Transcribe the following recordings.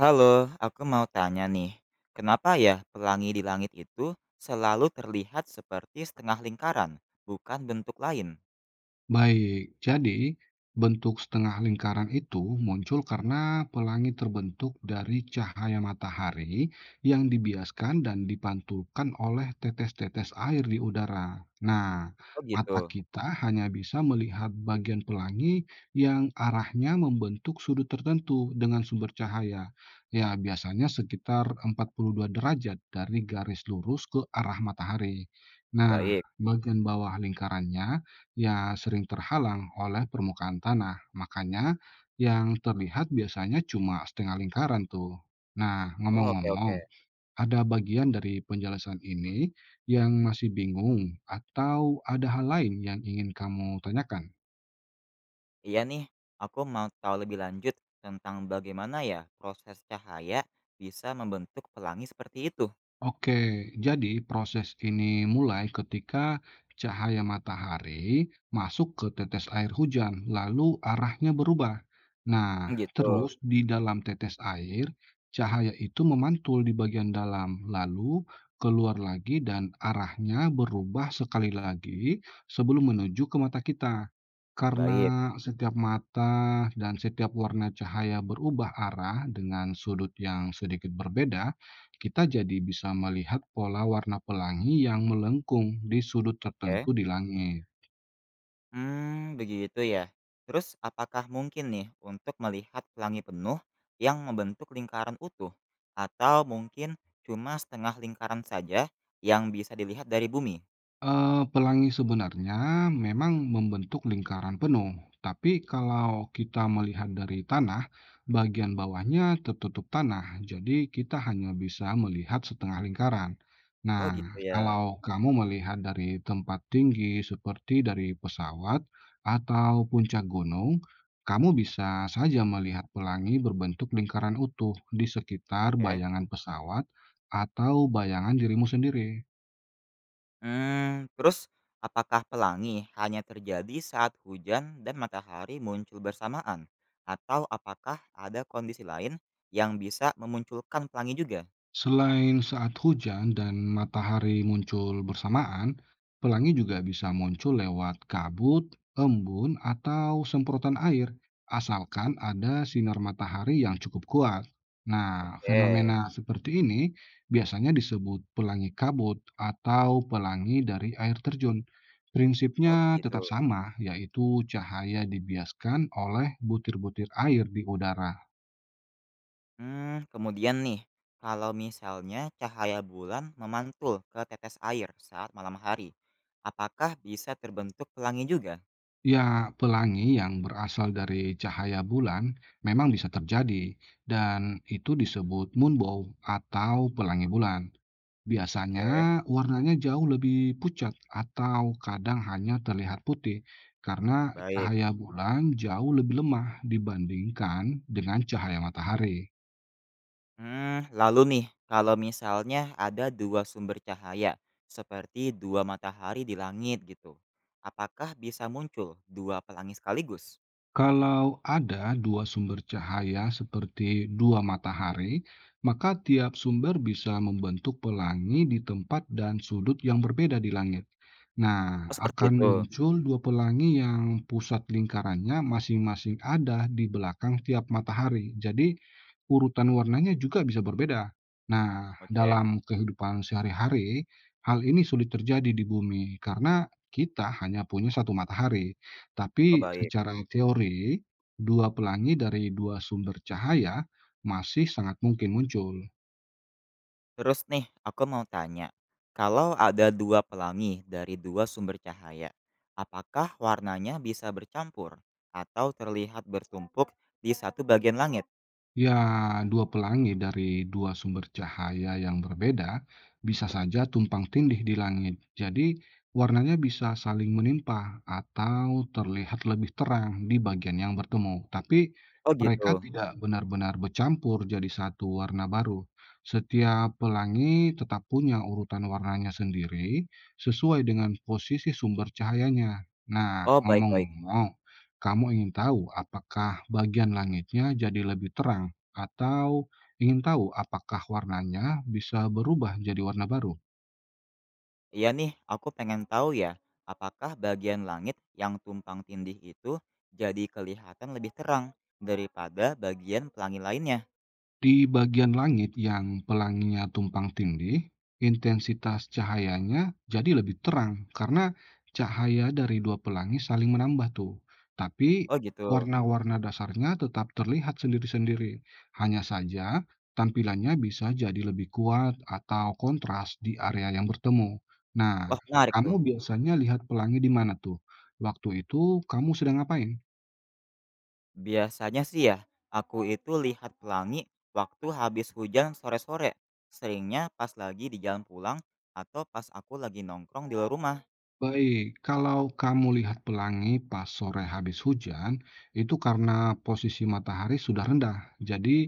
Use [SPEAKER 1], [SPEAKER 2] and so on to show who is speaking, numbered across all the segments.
[SPEAKER 1] Halo, aku mau tanya nih, kenapa ya pelangi di langit itu selalu terlihat seperti setengah lingkaran, bukan bentuk lain?
[SPEAKER 2] Baik, jadi bentuk setengah lingkaran itu muncul karena pelangi terbentuk dari cahaya matahari yang dibiaskan dan dipantulkan oleh tetes-tetes air di udara. Nah,
[SPEAKER 1] Oh
[SPEAKER 2] mata
[SPEAKER 1] gitu,
[SPEAKER 2] kita hanya bisa melihat bagian pelangi yang arahnya membentuk sudut tertentu dengan sumber cahaya. Ya, biasanya sekitar 42 derajat dari garis lurus ke arah matahari. Nah,
[SPEAKER 1] baik.
[SPEAKER 2] bagian bawah lingkarannya ya sering terhalang oleh permukaan tanah. Makanya yang terlihat biasanya cuma setengah lingkaran tuh. Nah,
[SPEAKER 1] Oh, oke oke.
[SPEAKER 2] ngomong-ngomong, ada bagian dari penjelasan ini yang masih bingung atau ada hal lain yang ingin kamu tanyakan?
[SPEAKER 1] Iya nih, aku mau tahu lebih lanjut tentang bagaimana ya proses cahaya bisa membentuk pelangi seperti itu.
[SPEAKER 2] Oke, jadi proses ini mulai ketika cahaya matahari masuk ke tetes air hujan, lalu arahnya berubah. Nah,
[SPEAKER 1] Hmm, gitu,
[SPEAKER 2] terus di dalam tetes air, cahaya itu memantul di bagian dalam, lalu keluar lagi dan arahnya berubah sekali lagi sebelum menuju ke mata kita.
[SPEAKER 1] baik.
[SPEAKER 2] Karena setiap mata dan setiap warna cahaya berubah arah dengan sudut yang sedikit berbeda, kita jadi bisa melihat pola warna pelangi yang melengkung di sudut
[SPEAKER 1] Oke.
[SPEAKER 2] tertentu di langit.
[SPEAKER 1] Hmm, begitu ya. Terus apakah mungkin nih untuk melihat pelangi penuh yang membentuk lingkaran utuh? Atau mungkin cuma setengah lingkaran saja yang bisa dilihat dari bumi?
[SPEAKER 2] Pelangi sebenarnya memang membentuk lingkaran penuh, tapi kalau kita melihat dari tanah, bagian bawahnya tertutup tanah, jadi kita hanya bisa melihat setengah lingkaran. Nah,
[SPEAKER 1] Oh gitu ya,
[SPEAKER 2] kalau kamu melihat dari tempat tinggi seperti dari pesawat atau puncak gunung, kamu bisa saja melihat pelangi berbentuk lingkaran utuh di sekitar
[SPEAKER 1] oke.
[SPEAKER 2] bayangan pesawat atau bayangan dirimu sendiri.
[SPEAKER 1] Hmm, terus apakah pelangi hanya terjadi saat hujan dan matahari muncul bersamaan? Atau apakah ada kondisi lain yang bisa memunculkan pelangi juga?
[SPEAKER 2] Selain saat hujan dan matahari muncul bersamaan, pelangi juga bisa muncul lewat kabut, embun, atau semprotan air, asalkan ada sinar matahari yang cukup kuat. Nah,
[SPEAKER 1] Oke,
[SPEAKER 2] fenomena seperti ini biasanya disebut pelangi kabut atau pelangi dari air terjun.
[SPEAKER 1] oh
[SPEAKER 2] Prinsipnya
[SPEAKER 1] begitu.
[SPEAKER 2] tetap sama, yaitu cahaya dibiaskan oleh butir-butir air di udara.
[SPEAKER 1] Mmm, kemudian nih, kalau misalnya cahaya bulan memantul ke tetes air saat malam hari, apakah bisa terbentuk pelangi juga?
[SPEAKER 2] Ya, pelangi yang berasal dari cahaya bulan memang bisa terjadi, dan itu disebut moonbow atau pelangi bulan. Biasanya
[SPEAKER 1] Oke,
[SPEAKER 2] warnanya jauh lebih pucat atau kadang hanya terlihat putih karena
[SPEAKER 1] baik.
[SPEAKER 2] cahaya bulan jauh lebih lemah dibandingkan dengan cahaya matahari.
[SPEAKER 1] Mmm, lalu nih, kalau misalnya ada 2 sumber cahaya, seperti 2 matahari di langit gitu, apakah bisa muncul 2 pelangi sekaligus?
[SPEAKER 2] Kalau ada dua sumber cahaya seperti dua matahari, maka tiap sumber bisa membentuk pelangi di tempat dan sudut yang berbeda di langit. Nah,
[SPEAKER 1] Oh, seperti
[SPEAKER 2] akan
[SPEAKER 1] itu?
[SPEAKER 2] muncul dua pelangi yang pusat lingkarannya masing-masing ada di belakang tiap matahari. Jadi, urutan warnanya juga bisa berbeda. Nah,
[SPEAKER 1] Oke.
[SPEAKER 2] dalam kehidupan sehari-hari, hal ini sulit terjadi di bumi karena kita hanya punya satu matahari.
[SPEAKER 1] Oh,
[SPEAKER 2] Tapi
[SPEAKER 1] baik.
[SPEAKER 2] secara teori, dua pelangi dari dua sumber cahaya masih sangat mungkin muncul.
[SPEAKER 1] Terus nih, aku mau tanya, kalau ada dua pelangi dari dua sumber cahaya, apakah warnanya bisa bercampur atau terlihat bertumpuk di satu bagian langit?
[SPEAKER 2] Ya, dua pelangi dari dua sumber cahaya yang berbeda bisa saja tumpang tindih di langit. Jadi, warnanya bisa saling menimpa atau terlihat lebih terang di bagian yang bertemu. Tapi,
[SPEAKER 1] Oh
[SPEAKER 2] mereka
[SPEAKER 1] gitu.
[SPEAKER 2] tidak benar-benar bercampur jadi satu warna baru. Setiap pelangi tetap punya urutan warnanya sendiri sesuai dengan posisi sumber cahayanya. Nah,
[SPEAKER 1] Oh, baik-baik.
[SPEAKER 2] ngomong-ngomong, kamu ingin tahu apakah bagian langitnya jadi lebih terang? Atau ingin tahu apakah warnanya bisa berubah jadi warna baru?
[SPEAKER 1] Iya nih, aku pengen tahu ya, apakah bagian langit yang tumpang tindih itu jadi kelihatan lebih terang daripada bagian pelangi lainnya?
[SPEAKER 2] Di bagian langit yang pelanginya tumpang tindih, intensitas cahayanya jadi lebih terang karena cahaya dari dua pelangi saling menambah tuh. Tapi
[SPEAKER 1] Oh gitu.
[SPEAKER 2] warna-warna dasarnya tetap terlihat sendiri-sendiri. Hanya saja tampilannya bisa jadi lebih kuat atau kontras di area yang bertemu. Nah,
[SPEAKER 1] Wah, menarik
[SPEAKER 2] kamu
[SPEAKER 1] tuh.
[SPEAKER 2] biasanya lihat pelangi di mana tuh? Waktu itu kamu sedang ngapain?
[SPEAKER 1] Biasanya sih ya, aku itu lihat pelangi waktu habis hujan sore-sore. Seringnya pas lagi di jalan pulang atau pas aku lagi nongkrong di luar rumah.
[SPEAKER 2] Baik, kalau kamu lihat pelangi pas sore habis hujan, itu karena posisi matahari sudah rendah. Jadi,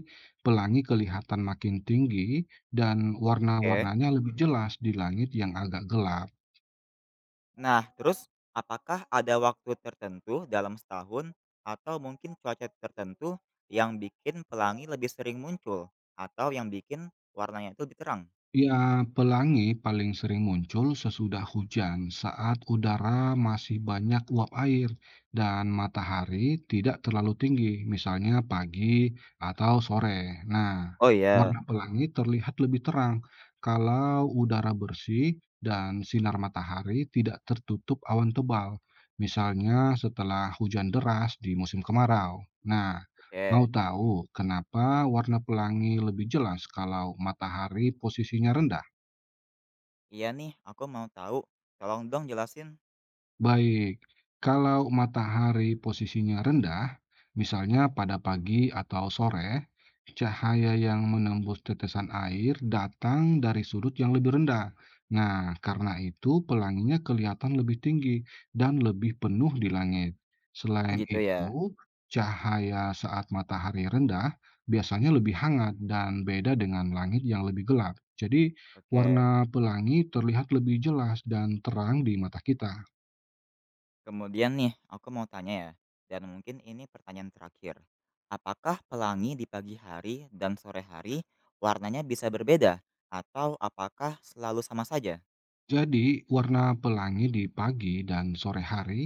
[SPEAKER 2] pelangi kelihatan makin tinggi dan
[SPEAKER 1] Oke.
[SPEAKER 2] warna-warnanya lebih jelas di langit yang agak gelap.
[SPEAKER 1] Nah, terus apakah ada waktu tertentu dalam setahun atau mungkin cuaca tertentu yang bikin pelangi lebih sering muncul atau yang bikin warnanya itu lebih terang?
[SPEAKER 2] Ya, pelangi paling sering muncul sesudah hujan saat udara masih banyak uap air dan matahari tidak terlalu tinggi, misalnya pagi atau sore. Nah,
[SPEAKER 1] Oh iya,
[SPEAKER 2] warna pelangi terlihat lebih terang kalau udara bersih dan sinar matahari tidak tertutup awan tebal, misalnya setelah hujan deras di musim kemarau. Nah, mau
[SPEAKER 1] oke.
[SPEAKER 2] tahu kenapa warna pelangi lebih jelas kalau matahari posisinya rendah?
[SPEAKER 1] Iya nih, aku mau tahu. Tolong dong jelasin.
[SPEAKER 2] Baik, kalau matahari posisinya rendah, misalnya pada pagi atau sore, cahaya yang menembus tetesan air datang dari sudut yang lebih rendah. Nah, karena itu pelanginya kelihatan lebih tinggi dan lebih penuh di langit.
[SPEAKER 1] Hmm,
[SPEAKER 2] Selain
[SPEAKER 1] gitu ya.
[SPEAKER 2] itu, cahaya saat matahari rendah biasanya lebih hangat dan beda dengan langit yang lebih gelap. Jadi,
[SPEAKER 1] Oke.
[SPEAKER 2] warna pelangi terlihat lebih jelas dan terang di mata kita.
[SPEAKER 1] Kemudian nih, aku mau tanya ya, dan mungkin ini pertanyaan terakhir. Apakah pelangi di pagi hari dan sore hari warnanya bisa berbeda? Atau apakah selalu sama saja?
[SPEAKER 2] Jadi, warna pelangi di pagi dan sore hari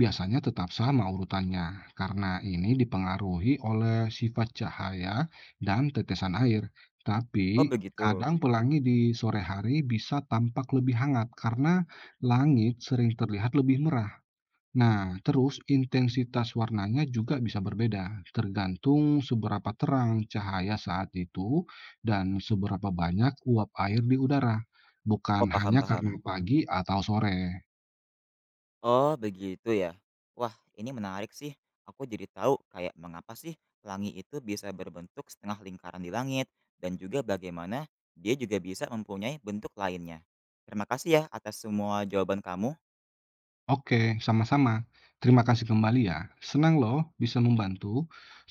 [SPEAKER 2] biasanya tetap sama urutannya, karena ini dipengaruhi oleh sifat cahaya dan tetesan air. Tapi,
[SPEAKER 1] Oh begitu.
[SPEAKER 2] kadang pelangi di sore hari bisa tampak lebih hangat karena langit sering terlihat lebih merah. Nah, terus intensitas warnanya juga bisa berbeda, tergantung seberapa terang cahaya saat itu dan seberapa banyak uap air di udara, bukan
[SPEAKER 1] Oh,
[SPEAKER 2] hanya karena
[SPEAKER 1] paham-paham.
[SPEAKER 2] pagi atau sore.
[SPEAKER 1] Oh begitu ya. Wah, ini menarik sih. Aku jadi tahu kayak mengapa sih pelangi itu bisa berbentuk setengah lingkaran di langit. Dan juga bagaimana dia juga bisa mempunyai bentuk lainnya. Terima kasih ya atas semua jawaban kamu.
[SPEAKER 2] Oke, sama-sama. Terima kasih kembali ya. Senang loh bisa membantu.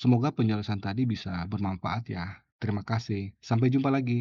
[SPEAKER 2] Semoga penjelasan tadi bisa bermanfaat ya. Terima kasih. Sampai jumpa lagi.